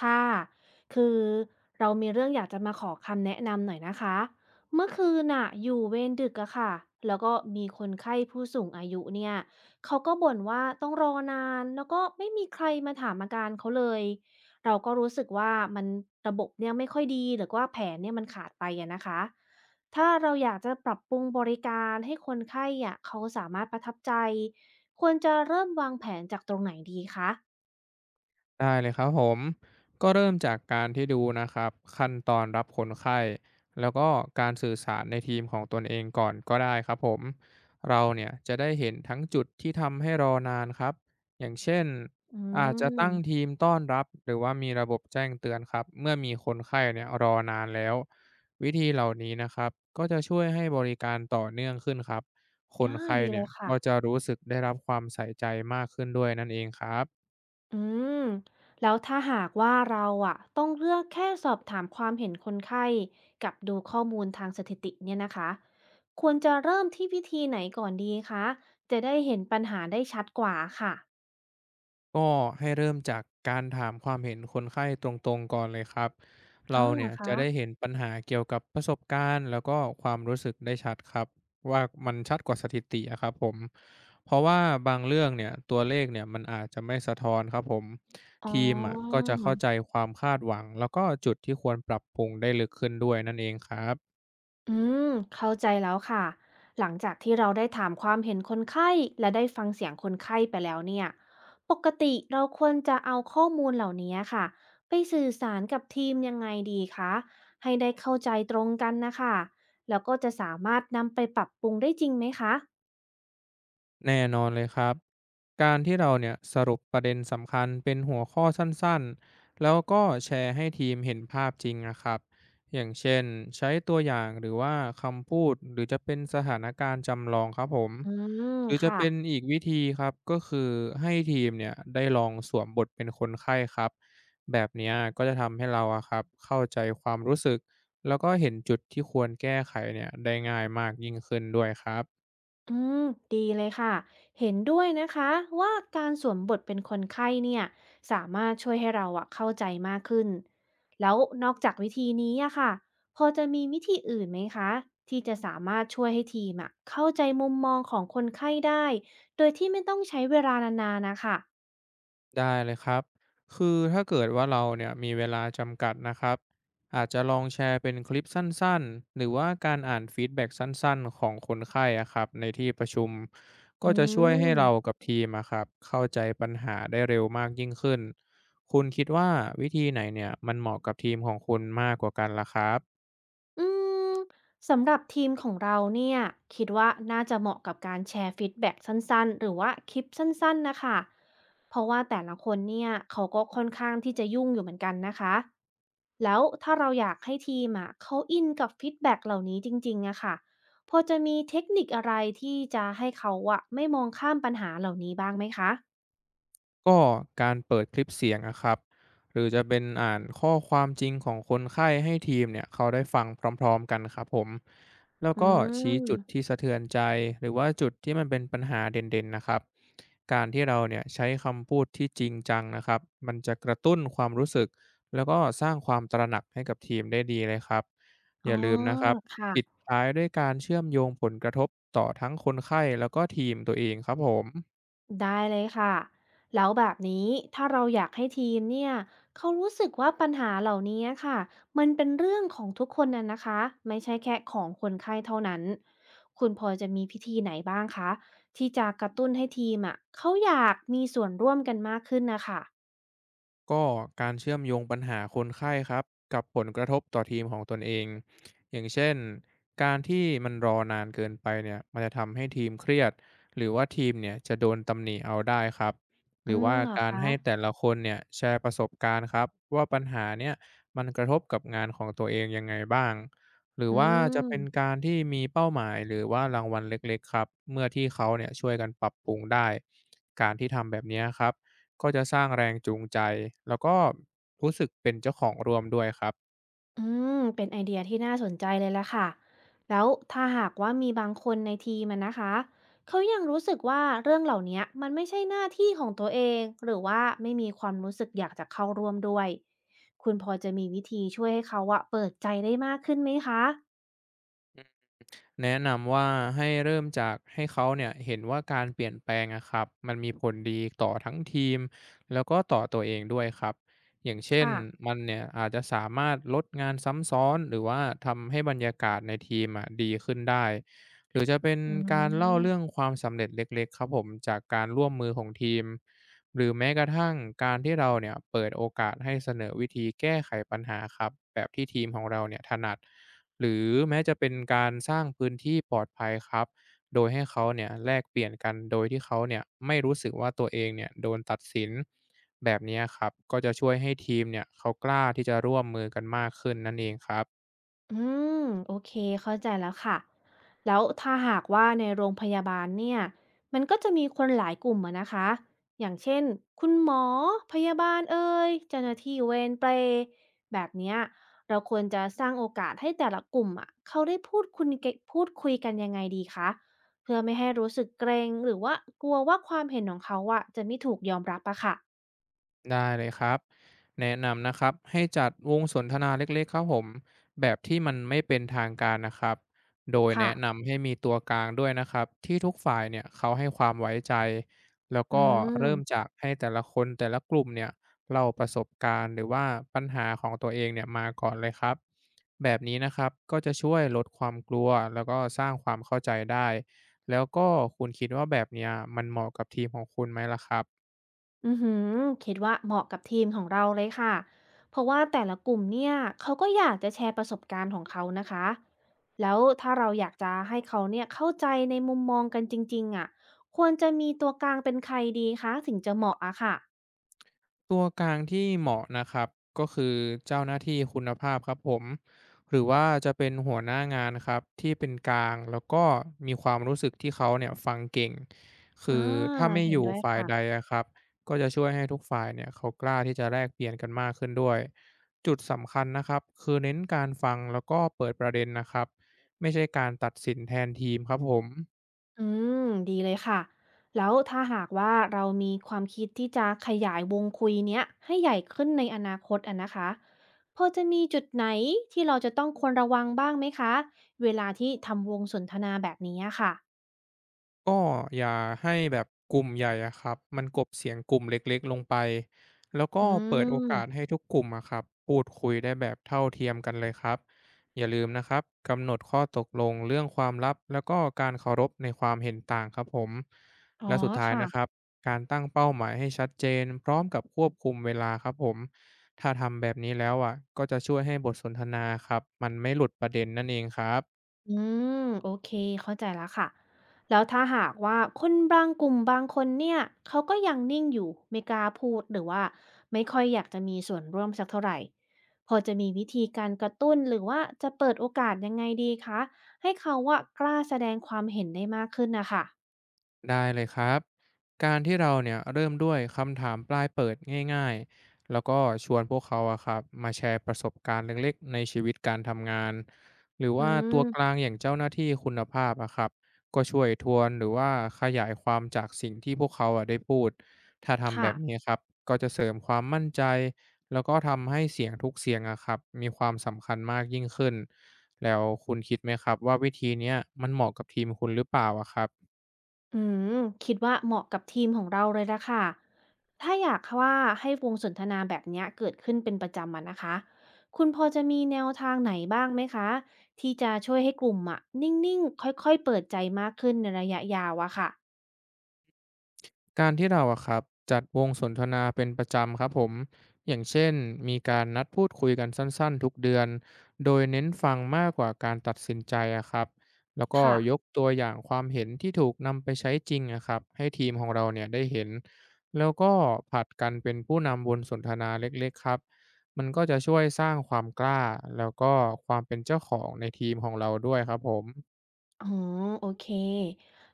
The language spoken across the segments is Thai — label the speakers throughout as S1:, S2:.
S1: ค่ะคือเรามีเรื่องอยากจะมาขอคำแนะนำหน่อยนะคะเมื่อคืนน่ะอยู่เวรดึกอะค่ะแล้วก็มีคนไข้ผู้สูงอายุเนี่ยเขาก็บ่นว่าต้องรอนานแล้วก็ไม่มีใครมาถามอาการเขาเลยเราก็รู้สึกว่ามันระบบเนี่ยไม่ค่อยดีหรือว่าแผนเนี่ยมันขาดไปอะนะคะถ้าเราอยากจะปรับปรุงบริการให้คนไข้อะเขาสามารถประทับใจ ควรจะเริ่มวางแผนจากตรงไหนดีคะ
S2: ได้เลยครับผมก็เริ่มจากการที่ดูนะครับขั้นตอนรับคนไข้แล้วก็การสื่อสารในทีมของตนเองก่อนก็ได้ครับผมเราเนี่ยจะได้เห็นทั้งจุดที่ทำให้รอนานครับอย่างเช่น
S1: อื
S2: อาจจะตั้ง
S1: ม
S2: ทีมต้อนรับหรือว่ามีระบบแจ้งเตือนครับเมื่อมีคนไข้เนี่ยรอนานแล้ววิธีเหล่านี้นะครับก็จะช่วยให้บริการต่อเนื่องขึ้นครับคน
S1: อา
S2: ไข้
S1: ดีเล
S2: เนี่ย
S1: ยค่ะ
S2: ก็จะรู้สึกได้รับความใส่ใจมากขึ้นด้วยนั่นเองครับ
S1: อืมแล้วถ้าหากว่าเราอ่ะต้องเลือกแค่สอบถามความเห็นคนไข้กับดูข้อมูลทางสถิติเนี่ยนะคะควรจะเริ่มที่วิธีไหนก่อนดีคะจะได้เห็นปัญหาได้ชัดกว่าค่ะ
S2: ก็ให้เริ่มจากการถามความเห็นคนไข้ตรงๆก่อนเลยครับ
S1: อ๋
S2: เรา
S1: อเหร
S2: เนี่
S1: อ
S2: ย
S1: คะ
S2: จะได้เห็นปัญหาเกี่ยวกับประสบการณ์แล้วก็ความรู้สึกได้ชัดครับว่ามันชัดกว่าสถิติอะครับผมเพราะว่าบางเรื่องเนี่ยตัวเลขเนี่ยมันอาจจะไม่สะท้อนครับผม
S1: อ๋อ
S2: ทีมอะก็จะเข้าใจความคาดหวังแล้วก็จุดที่ควรปรับปรุงได้ลึกขึ้นด้วยนั่นเองครับ
S1: อืมเข้าใจแล้วค่ะหลังจากที่เราได้ถามความเห็นคนไข้และได้ฟังเสียงคนไข้ไปแล้วเนี่ยปกติเราควรจะเอาข้อมูลเหล่านี้ค่ะไปสื่อสารกับทีมยังไงดีคะให้ได้เข้าใจตรงกันนะคะแล้วก็จะสามารถนำไปปรับปรุงได้จริงไหมคะ
S2: แน่นอนเลยครับการที่เราเนี่ยสรุปประเด็นสำคัญเป็นหัวข้อสั้นๆแล้วก็แชร์ให้ทีมเห็นภาพจริงนะครับอย่างเช่นใช้ตัวอย่างหรือว่าคำพูดหรือจะเป็นสถานการณ์จำลองครับผม
S1: อืม
S2: หรือจะ
S1: ค่ะ
S2: เป็นอีกวิธีครับก็คือให้ทีมเนี่ยได้ลองสวมบทเป็นคนไข้ครับแบบเนี้ยก็จะทำให้เราอะครับเข้าใจความรู้สึกแล้วก็เห็นจุดที่ควรแก้ไขเนี่ยได้ง่ายมากยิ่งขึ้นด้วยครับ
S1: อืมดีเลยค่ะเห็นด้วยนะคะว่าการสวมบทเป็นคนไข้เนี่ยสามารถช่วยให้เราอะเข้าใจมากขึ้นแล้วนอกจากวิธีนี้อะค่ะพอจะมีวิธีอื่นไหมคะที่จะสามารถช่วยให้ทีมอะเข้าใจมุมมองของคนไข้ได้โดยที่ไม่ต้องใช้เวลานานๆนะคะ
S2: ได้เลยครับ คือถ้าเกิดว่าเราเนี่ยมีเวลาจำกัดนะครับ อาจจะลองแชร์เป็นคลิปสั้นๆ หรือว่าการอ่านฟีดแบ็กสั้นๆ ของคนไข้อะครับในที่ประชุม ก็
S1: อื
S2: จะช่วยให้เรา
S1: ม
S2: กับทีมอะครับเข้าใจปัญหาได้เร็วมากยิ่งขึ้น คุณคิดว่าวิธีไหนเนี่ยมันเหมาะกับทีมของคุณมากกว่ากันล่ะครับ
S1: อืมสำหรับทีมของเราเนี่ยคิดว่าน่าจะเหมาะกับการแชร์ฟีดแบ็กสั้นๆหรือว่าคลิปสั้นๆนะคะเพราะว่าแต่ละคนเนี่ยเขาก็ค่อนข้างที่จะยุ่งอยู่เหมือนกันนะคะแล้วถ้าเราอยากให้ทีมอ่ะเขาอินกับฟีดแบ็กเหล่านี้จริงๆอะค่ะพอจะมีเทคนิคอะไรที่จะให้เขาอะไม่มองข้ามปัญหาเหล่านี้บ้างไหมคะ
S2: ก็การเปิดคลิปเสียงนะครับหรือจะเป็นอ่านข้อความจริงของคนไข้ให้ทีมเนี่ยเขาได้ฟังพร้อมๆกันครับผมแล้ว
S1: อื
S2: ก็ชี้จุดที่
S1: ม
S2: สะเทือนใจหรือว่าจุดที่มันเป็นปัญหาเด่นๆนะครับการที่เราเนี่ยใช้คำพูดที่จริงจังนะครับมันจะกระตุ้นความรู้สึกแล้วก็สร้างความตระหนักให้กับทีมได้ดีเลยครับอ
S1: อ๋อ
S2: ย่าลืมนะครับปิด
S1: ค่ะ
S2: ท้ายด้วยการเชื่อมโยงผลกระทบต่อทั้งคนไข้แล้วก็ทีมตัวเองครับผม
S1: ได้เลยค่ะแล้วแบบนี้ถ้าเราอยากให้ทีมเนี่ยเขารู้สึกว่าปัญหาเหล่านี้ค่ะมันเป็นเรื่องของทุกคนน่ะนะคะไม่ใช่แค่ของคนไข้เท่านั้นคุณพอจะมีพิธีไหนบ้างคะที่จะกระตุ้นให้ทีมอ่ะเขาอยากมีส่วนร่วมกันมากขึ้นนะค่ะ
S2: ก็การเชื่อมโยงปัญหาคนไข้ครับกับผลกระทบต่อทีมของตนเองอย่างเช่นการที่มันรอนานเกินไปเนี่ยมันจะทำให้ทีมเครียดหรือว่าทีมเนี่ยจะโดนตำหนิเอาได้ครับห
S1: อื
S2: รือ
S1: ม
S2: ว่า
S1: เหรอ
S2: การ
S1: คะ
S2: ให้แต่ละคนเนี่ยแชร์ประสบการณ์ครับว่าปัญหาเนี่ยมันกระทบกับงานของตัวเองยังไงบ้างหรือ
S1: อื
S2: ว่าจะเป็น
S1: ม
S2: การที่มีเป้าหมายหรือว่ารางวัลเล็กๆครับเมื่อที่เขาเนี่ยช่วยกันปรับปรุงได้การที่ทำแบบเนี้ยครับ ก็จะสร้างแรงจูงใจ แล้วก็รู้สึกเป็นเจ้าของร่วมด้วยครับ
S1: อืมเป็นไอเดียที่น่าสนใจเลยล่ะค่ะแล้วถ้าหากว่ามีบางคนในทีมอะนะคะเขายังรู้สึกว่าเรื่องเหล่านี้มันไม่ใช่หน้าที่ของตัวเองหรือว่าไม่มีความรู้สึกอยากจะเข้าร่วมด้วยคุณพอจะมีวิธีช่วยให้เขาอะเปิดใจได้มากขึ้นไหมคะ
S2: แนะนำว่าให้เริ่มจากให้เขาเนี่ยเห็นว่าการเปลี่ยนแปลงอะครับมันมีผลดีต่อทั้งทีมแล้วก็ต่อตัวเองด้วยครับอย่างเช่น
S1: ค่ะ
S2: มันเนี่ยอาจจะสามารถลดงานซ้ำซ้อนหรือว่าทำให้บรรยากาศในทีมอะดีขึ้นได้หรือจะเป็น
S1: อื
S2: การเล่าเรื่อง
S1: ม
S2: ความสำเร็จเล็กๆครับผมจากการร่วมมือของทีมหรือแม้กระทั่งการที่เราเนี่ยเปิดโอกาสให้เสนอวิธีแก้ไขปัญหาครับแบบที่ทีมของเราเนี่ยถนัด หรือแม้จะเป็นการสร้างพื้นที่ปลอดภัยครับโดยให้เขาเนี่ยแลกเปลี่ยนกันโดยที่เขาเนี่ยไม่รู้สึกว่าตัวเองเนี่ยโดนตัดสินแบบเนี้ยครับก็จะช่วยให้ทีมเนี่ยเขากล้าที่จะร่วมมือกันมากขึ้นนั่นเองครับ
S1: อืมโอเคเข้าใจแล้วค่ะแล้วถ้าหากว่าในโรงพยาบาลเนี่ยมันก็จะมีคนหลายกลุ่มอะนะคะอย่างเช่นคุณหมอพยาบาลเอ่ยเจ้าหน้าที่เวรเปรย์แบบเนี้ยเราควรจะสร้างโอกาสให้แต่ละกลุ่มอะเขาได้พูดคุณเกพูดคุยกันยังไงดีคะเพื่อไม่ให้รู้สึกเกรงหรือว่ากลัวว่าความเห็นของเขาอะจะไม่ถูกยอมรับอะค่ะ
S2: ได้เลยครับแนะนำนะครับให้จัดวงสนทนาเล็กๆครับผมแบบที่มันไม่เป็นทางการนะครับโดย
S1: ค่ะ
S2: แนะนำให้มีตัวกลางด้วยนะครับที่ทุกฝ่ายเนี่ยเขาให้ความไว้ใจแล้ว
S1: อื
S2: ก็เริ่ม
S1: ม
S2: จากให้แต่ละคนแต่ละกลุ่มเนี่ยเล่าประสบการณ์หรือว่าปัญหาของตัวเองเนี่ยมาก่อนเลยครับแบบนี้นะครับก็จะช่วยลดความกลัวแล้วก็สร้างความเข้าใจได้แล้วก็คุณคิดว่าแบบเนี้ยมันเหมาะกับทีมของคุณไหมล่ะครับ
S1: อือหือคิดว่าเหมาะกับทีมของเราเลยค่ะ เพราะว่าแต่ละกลุ่มเนี่ยเขาก็อยากจะแชร์ประสบการณ์ของเขานะคะ แล้วถ้าเราอยากจะให้เขาเนี่ยเข้าใจในมุมมองกันจริงๆอ่ะควรจะมีตัวกลางเป็นใครดีคะถึงจะเหมาะอะค่ะ
S2: ตัวกลางที่เหมาะนะครับก็คือเจ้าหน้าที่คุณภาพครับผมหรือว่าจะเป็นหัวหน้างานครับที่เป็นกลางแล้วก็มีความรู้สึกที่เขาเนี่ยฟังเก่งคื
S1: อ่า
S2: อถ้าไม่
S1: เห็
S2: อ
S1: น
S2: ยู่
S1: ด้วย
S2: ฝ่ายใด
S1: ค่ะ
S2: อะครับก็จะช่วยให้ทุกฝ่ายเนี่ยเขากล้าที่จะแลกเปลี่ยนกันมากขึ้นด้วยจุดสำคัญนะครับคือเน้นการฟังแล้วก็เปิดประเด็นนะครับไม่ใช่การตัดสินแทนทีมครับผม
S1: อืมดีเลยค่ะแล้วถ้าหากว่าเรามีความคิดที่จะขยายวงคุยเนี้ยให้ใหญ่ขึ้นในอนาคตอะนะคะพอจะมีจุดไหนที่เราจะต้องควรระวังบ้างไหมคะเวลาที่ทำวงสนทนาแบบนี้อะค่ะ
S2: ก็อย่าให้แบบกลุ่มใหญ่อะครับมันกลบเสียงกลุ่มเล็กๆลงไปแล้วก็
S1: อื
S2: เปิดโอกาสให้
S1: ม
S2: ทุกกลุ่มอะครับพูดคุยได้แบบเท่าเทียมกันเลยครับอย่าลืมนะครับกำหนดข้อตกลงเรื่องความลับแล้วก็การเคารพในความเห็นต่างครับผม
S1: อ๋อ
S2: และสุดท้าย
S1: ค่ะ
S2: นะครับการตั้งเป้าหมายให้ชัดเจนพร้อมกับควบคุมเวลาครับผมถ้าทำแบบนี้แล้วอ่ะก็จะช่วยให้บทสนทนาครับมันไม่หลุดประเด็นนั่นเองครับ
S1: อืมโอเคเข้าใจแล้วค่ะแล้วถ้าหากว่าคนบางกลุ่มบางคนเนี่ยเขาก็ยังนิ่งอยู่ไม่กล้าพูดหรือว่าไม่ค่อยอยากจะมีส่วนร่วมสักเท่าไหร่พอจะมีวิธีการกระตุ้นหรือว่าจะเปิดโอกาสยังไงดีคะให้เขาว่ากล้าแสดงความเห็นได้มากขึ้นนะคะ
S2: ได้เลยครับการที่เราเนี่ยเริ่มด้วยคำถามปลายเปิดง่ายๆแล้วก็ชวนพวกเขาอะครับมาแชร์ประสบการณ์เล็กๆในชีวิตการทำงานหรือ
S1: อื
S2: ว่าตัวกลา
S1: ม
S2: งอย่างเจ้าหน้าที่คุณภาพอะครับก็ช่วยทวนหรือว่าขยายความจากสิ่งที่พวกเขาอะได้พูดถ้าทำแบ
S1: ค่ะ
S2: บนี้ครับก็จะเสริมความมั่นใจแล้วก็ทำให้เสียงทุกเสียงอะครับมีความสำคัญมากยิ่งขึ้นแล้วคุณคิดไหมครับว่าวิธีเนี้ยมันเหมาะกับทีมคุณหรือเปล่าอะครับ
S1: อืมคิดว่าเหมาะกับทีมของเราเลยละค่ะถ้าอยากว่าให้วงสนทนาแบบเนี้ยเกิดขึ้นเป็นประจำอะนะคะ คุณพอจะมีแนวทางไหนบ้างไหมคะที่จะช่วยให้กลุ่มอะนิ่งๆค่อยๆเปิดใจมากขึ้นในระยะยาวอะค่ะ
S2: การที่เราอะครับจัดวงสนทนาเป็นประจำครับผมอย่างเช่นมีการนัดพูดคุยกันสั้นๆทุกเดือนโดยเน้นฟังมากกว่าการตัดสินใจอะครับแล้วก็
S1: ค่ะ
S2: ยกตัวอย่างความเห็นที่ถูกนำไปใช้จริงอะครับให้ทีมของเราเนี่ยได้เห็นแล้วก็ผลัดกันเป็นผู้นำบนสนทนาเล็กๆครับมันก็จะช่วยสร้างความกล้าแล้วก็ความเป็นเจ้าของในทีมของเราด้วยครับผม
S1: อ๋อโอเค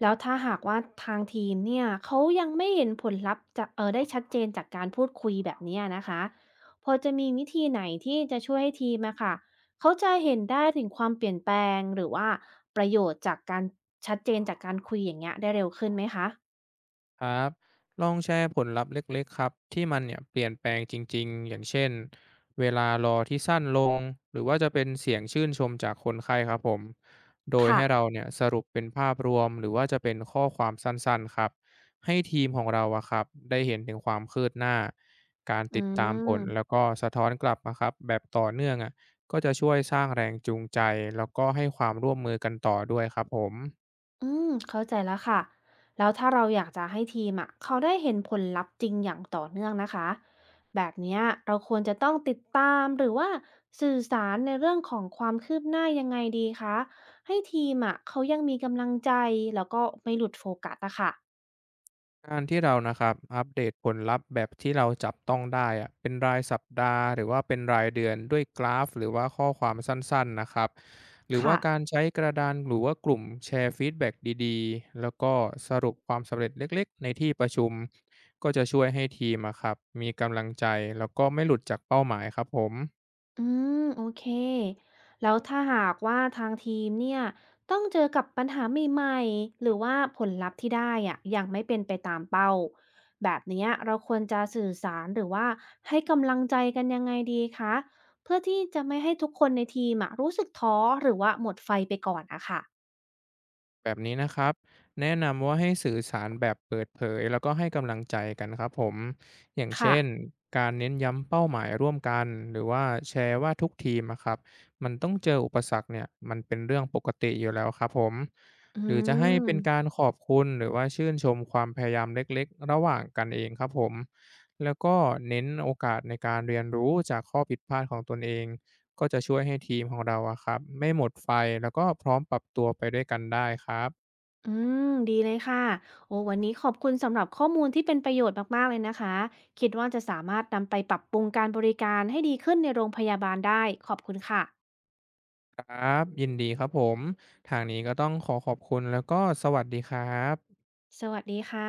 S1: แล้วถ้าหากว่าทางทีมเนี่ยเขายังไม่เห็นผลลัพธ์จะเออได้ชัดเจนจากการพูดคุยแบบเนี้ยนะคะพอจะมีวิธีไหนที่จะช่วยให้ทีมอะค่ะเขาจะเห็นได้ถึงความเปลี่ยนแปลงหรือว่าประโยชน์จากการชัดเจนจากการคุยอย่างเงี้ยได้เร็วขึ้นไหมคะ
S2: ครับลองแชร์ผลลัพธ์เล็กๆครับที่มันเนี่ยเปลี่ยนแปลงจริงๆอย่างเช่นเวลารอที่สั้นลงหรือว่าจะเป็นเสียงชื่นชมจากคนไข้ครับผมโดย
S1: ค่ะ
S2: ให้เราเนี่ยสรุปเป็นภาพรวมหรือว่าจะเป็นข้อความสั้นๆครับให้ทีมของเราอะครับได้เห็นถึงความคืบหน้าการ
S1: อื
S2: ติดตามผลแล้ว
S1: ม
S2: ก็สะท้อนกลับนะครับแบบต่อเนื่องอะก็จะช่วยสร้างแรงจูงใจแล้วก็ให้ความร่วมมือกันต่อด้วยครับผม
S1: อืมเข้าใจแล้วค่ะแล้วถ้าเราอยากจะให้ทีมอ่ะเขาได้เห็นผลลัพธ์จริงอย่างต่อเนื่องนะคะแบบเนี้ยเราควรจะต้องติดตามหรือว่าสื่อสารในเรื่องของความคืบหน้ายังไงดีคะให้ทีมอ่ะเขายังมีกำลังใจแล้วก็ไม่หลุดโฟกัสอะค่ะ
S2: การที่เรานะครับอัปเดตผลลัพธ์แบบที่เราจับต้องได้อะเป็นรายสัปดาห์หรือว่าเป็นรายเดือนด้วยกราฟหรือว่าข้อความสั้นๆนะครับหรือว่า
S1: ค่ะ
S2: การใช้กระดานหรือว่ากลุ่มแชร์ฟีดแบ็กดีๆแล้วก็สรุปความสำเร็จเล็กๆในที่ประชุมก็จะช่วยให้ทีมอะครับมีกำลังใจแล้วก็ไม่หลุดจากเป้าหมายครับผม
S1: อืมโอเคแล้วถ้าหากว่าทางทีมเนี่ยต้องเจอกับปัญหาใหม่ๆหรือว่าผลลัพธ์ที่ได้อะยังไม่เป็นไปตามเป้าแบบเนี้ยเราควรจะสื่อสารหรือว่าให้กำลังใจกันยังไงดีคะเพื่อที่จะไม่ให้ทุกคนในทีมอะรู้สึกท้อหรือว่าหมดไฟไปก่อนอะค่ะ
S2: แบบนี้นะครับแนะนำว่าให้สื่อสารแบบเปิดเผยแล้วก็ให้กำลังใจกันครับผมอย่าง
S1: ค่ะ
S2: เช่นการเน้นย้ำเป้าหมายร่วมกันหรือว่าแชร์ว่าทุกทีมอะครับมันต้องเจออุปสรรคเนี่ยมันเป็นเรื่องปกติอยู่แล้วครับผม
S1: อื
S2: หรือจะให้เป็นกา
S1: ม
S2: รขอบคุณหรือว่าชื่นชมความพยายามเล็กๆระหว่างกันเองครับผมแล้วก็เน้นโอกาสในการเรียนรู้จากข้อผิดพลาดของตนเอง ก็จะช่วยให้ทีมของเราอะครับไม่หมดไฟแล้วก็พร้อมปรับตัวไปด้วยกันได้ครับ
S1: อืมดีเลยค่ะโอ้วันนี้ขอบคุณสำหรับข้อมูลที่เป็นประโยชน์มากๆเลยนะคะ คิดว่าจะสามารถนำไปปรับปรุงการบริการให้ดีขึ้นในโรงพยาบาลได้ ขอบคุณค่ะ
S2: ครับยินดีครับผมทางนี้ก็ต้องขอขอบคุณแล้วก็สวัสดีครับ
S1: สวัสดีค่ะ